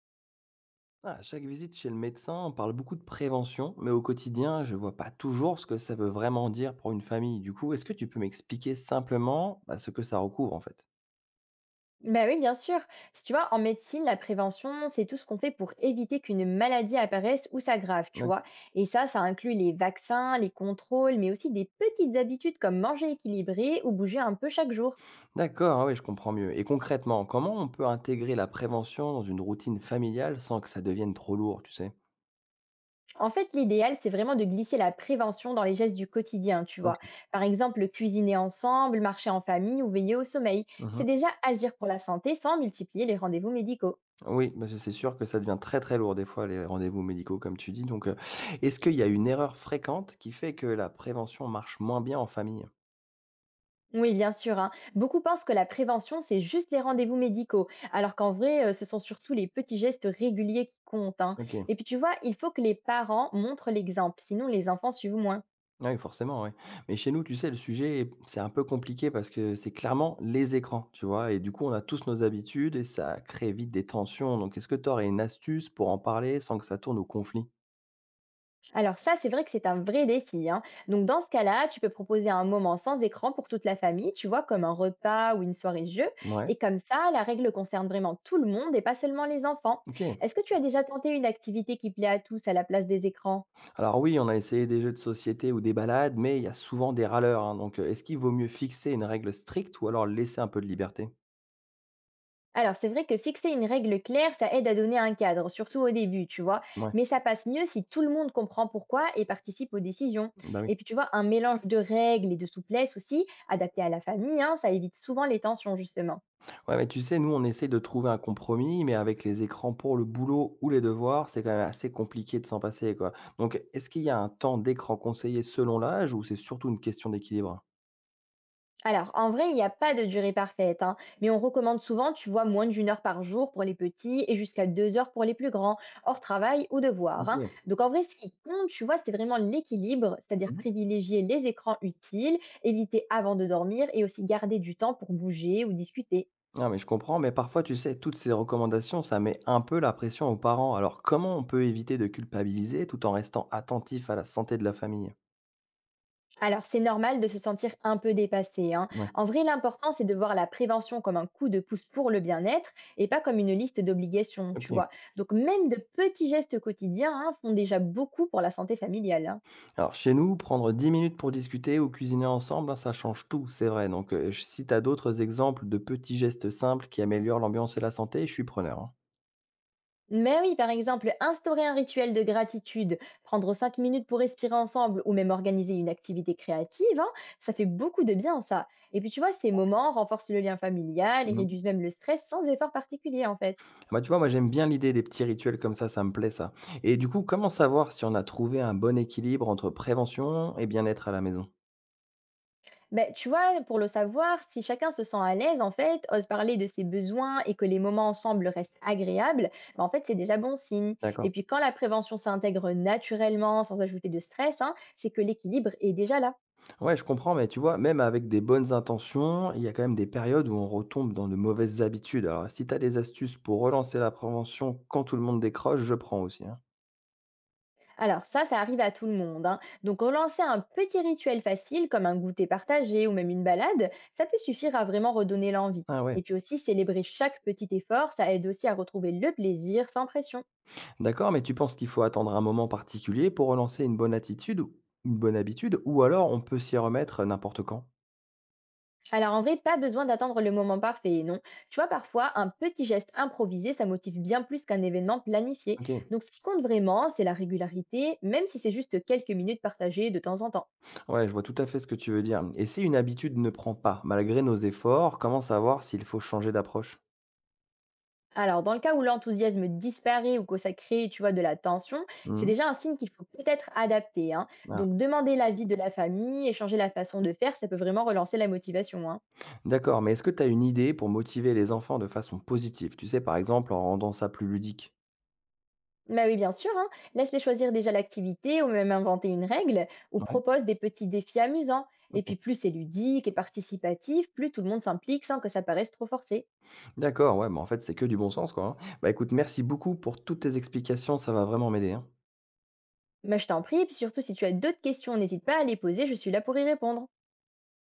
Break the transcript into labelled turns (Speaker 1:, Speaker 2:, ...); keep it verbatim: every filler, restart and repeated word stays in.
Speaker 1: Ah, à chaque visite chez le médecin, on parle beaucoup de prévention, mais au quotidien, je ne vois pas toujours ce que ça veut vraiment dire pour une famille. Du coup, est-ce que tu peux m'expliquer simplement bah, ce que ça recouvre en fait?
Speaker 2: Bah oui, bien sûr. Si tu vois, en médecine, la prévention, c'est tout ce qu'on fait pour éviter qu'une maladie apparaisse ou s'aggrave, tu
Speaker 1: Ok.
Speaker 2: vois. Et ça, ça inclut les vaccins, les contrôles, mais aussi des petites habitudes comme manger équilibré ou bouger un peu chaque jour.
Speaker 1: D'accord, oui, je comprends mieux. Et concrètement, comment on peut intégrer la prévention dans une routine familiale sans que ça devienne trop lourd, tu sais?
Speaker 2: En fait, l'idéal, c'est vraiment de glisser la prévention dans les gestes du quotidien, tu vois.
Speaker 1: Ok.
Speaker 2: Par exemple, cuisiner ensemble, marcher en famille ou veiller au sommeil.
Speaker 1: Mhm.
Speaker 2: C'est déjà agir pour la santé sans multiplier les rendez-vous médicaux.
Speaker 1: Oui, parce que c'est sûr que ça devient très très lourd des fois les rendez-vous médicaux, comme tu dis. Donc, euh, est-ce qu'il y a une erreur fréquente qui fait que la prévention marche moins bien en famille?
Speaker 2: Oui, bien sûr, hein. Beaucoup pensent que la prévention, c'est juste les rendez-vous médicaux, alors qu'en vrai, euh, ce sont surtout les petits gestes réguliers qui comptent, hein.
Speaker 1: Ok.
Speaker 2: Et puis, tu vois, il faut que les parents montrent l'exemple, sinon les enfants suivent moins.
Speaker 1: Oui, forcément, ouais. Mais chez nous, tu sais, le sujet, c'est un peu compliqué parce que c'est clairement les écrans, tu vois? Et du coup, on a tous nos habitudes et ça crée vite des tensions. Donc, est-ce que tu aurais une astuce pour en parler sans que ça tourne au conflit?
Speaker 2: Alors ça, c'est vrai que c'est un vrai défi, hein. Donc, dans ce cas-là, tu peux proposer un moment sans écran pour toute la famille, tu vois, comme un repas ou une soirée jeu.
Speaker 1: Ouais,
Speaker 2: Et comme ça, la règle concerne vraiment tout le monde et pas seulement les enfants.
Speaker 1: ok.
Speaker 2: Est-ce que tu as déjà tenté une activité qui plaît à tous à la place des écrans?
Speaker 1: Alors oui, on a essayé des jeux de société ou des balades, mais il y a souvent des râleurs, hein. Donc, euh, est-ce qu'il vaut mieux fixer une règle stricte ou alors laisser un peu de liberté?
Speaker 2: Alors, c'est vrai que fixer une règle claire, ça aide à donner un cadre, surtout au début, tu vois.
Speaker 1: Ouais,
Speaker 2: Mais ça passe mieux si tout le monde comprend pourquoi et participe aux décisions.
Speaker 1: bah oui.
Speaker 2: Et puis, tu vois, un mélange de règles et de souplesse aussi, adapté à la famille, hein, ça évite souvent les tensions, justement.
Speaker 1: Ouais, mais tu sais, nous, on essaye de trouver un compromis, mais avec les écrans pour le boulot ou les devoirs, c'est quand même assez compliqué de s'en passer, quoi. Donc, est-ce qu'il y a un temps d'écran conseillé selon l'âge ou c'est surtout une question d'équilibre?
Speaker 2: Alors, en vrai, il n'y a pas de durée parfaite, hein, mais on recommande souvent, tu vois, moins d'une heure par jour pour les petits et jusqu'à deux heures pour les plus grands, hors travail ou devoir, hein.
Speaker 1: Ok.
Speaker 2: Donc, en vrai, ce qui compte, tu vois, c'est vraiment l'équilibre, c'est-à-dire
Speaker 1: Mhm.
Speaker 2: privilégier les écrans utiles, éviter avant de dormir et aussi garder du temps pour bouger ou discuter.
Speaker 1: Ah, mais je comprends, mais parfois, tu sais, toutes ces recommandations, ça met un peu la pression aux parents. Alors, comment on peut éviter de culpabiliser tout en restant attentif à la santé de la famille?
Speaker 2: Alors, c'est normal de se sentir un peu dépassé, hein.
Speaker 1: Ouais,
Speaker 2: En vrai, l'important, c'est de voir la prévention comme un coup de pouce pour le bien-être et pas comme une liste d'obligations, tu
Speaker 1: ok.
Speaker 2: vois. Donc, même de petits gestes quotidiens, hein, font déjà beaucoup pour la santé familiale, hein.
Speaker 1: Alors chez nous, prendre dix minutes pour discuter ou cuisiner ensemble, hein, ça change tout, c'est vrai. Donc euh, si tu as d'autres exemples de petits gestes simples qui améliorent l'ambiance et la santé, je suis preneur, hein.
Speaker 2: Mais oui, par exemple, instaurer un rituel de gratitude, prendre cinq minutes pour respirer ensemble ou même organiser une activité créative, hein, ça fait beaucoup de bien, ça. Et puis, tu vois, ces moments renforcent le lien familial et réduisent
Speaker 1: Mhm.
Speaker 2: même le stress sans effort particulier, en fait.
Speaker 1: Ah bah, tu vois, moi j'aime bien l'idée des petits rituels comme ça, ça me plaît ça. Et du coup, comment savoir si on a trouvé un bon équilibre entre prévention et bien-être à la maison?
Speaker 2: Ben tu vois, pour le savoir, si chacun se sent à l'aise, en fait, ose parler de ses besoins et que les moments ensemble restent agréables, bah, en fait, c'est déjà bon signe. Et
Speaker 1: D'accord.
Speaker 2: puis, quand la prévention s'intègre naturellement, sans ajouter de stress, hein, c'est que l'équilibre est déjà là.
Speaker 1: Ouais, je comprends, mais tu vois, même avec des bonnes intentions, il y a quand même des périodes où on retombe dans de mauvaises habitudes. Alors, si tu as des astuces pour relancer la prévention quand tout le monde décroche, je prends aussi, hein.
Speaker 2: Alors ça, ça arrive à tout le monde, hein. Donc, relancer un petit rituel facile, comme un goûter partagé ou même une balade, ça peut suffire à vraiment redonner l'envie.
Speaker 1: Ah ouais.
Speaker 2: Et puis aussi, célébrer chaque petit effort, ça aide aussi à retrouver le plaisir sans pression.
Speaker 1: D'accord, mais tu penses qu'il faut attendre un moment particulier pour relancer une bonne attitude ou une bonne habitude ou alors on peut s'y remettre n'importe quand?
Speaker 2: Alors en vrai, pas besoin d'attendre le moment parfait, non. Tu vois, parfois, un petit geste improvisé, ça motive bien plus qu'un événement planifié.
Speaker 1: OK.
Speaker 2: Donc ce qui compte vraiment, c'est la régularité, même si c'est juste quelques minutes partagées de temps en temps.
Speaker 1: Ouais, je vois tout à fait ce que tu veux dire. Et si une habitude ne prend pas, malgré nos efforts, comment savoir s'il faut changer d'approche?
Speaker 2: Alors dans le cas où l'enthousiasme disparaît ou que ça crée, tu vois, de la tension, c'est
Speaker 1: Mmh.
Speaker 2: déjà un signe qu'il faut peut-être adapter, hein.
Speaker 1: Ah.
Speaker 2: Donc demander l'avis de la famille, échanger la façon de faire, ça peut vraiment relancer la motivation, hein.
Speaker 1: D'accord, mais est-ce que tu as une idée pour motiver les enfants de façon positive? Tu sais, par exemple, en rendant ça plus ludique?
Speaker 2: Bah oui, bien sûr, hein. Laisse-les choisir déjà l'activité ou même inventer une règle ou
Speaker 1: Ouais,
Speaker 2: propose des petits défis amusants. Et puis
Speaker 1: OK.
Speaker 2: plus c'est ludique et participatif, plus tout le monde s'implique sans que ça paraisse trop forcé.
Speaker 1: D'accord, ouais, bah, en fait, c'est que du bon sens, quoi, hein. Bah, écoute, merci beaucoup pour toutes tes explications, ça va vraiment m'aider, hein.
Speaker 2: Mais je t'en prie, et puis surtout si tu as d'autres questions, n'hésite pas à les poser, je suis là pour y répondre.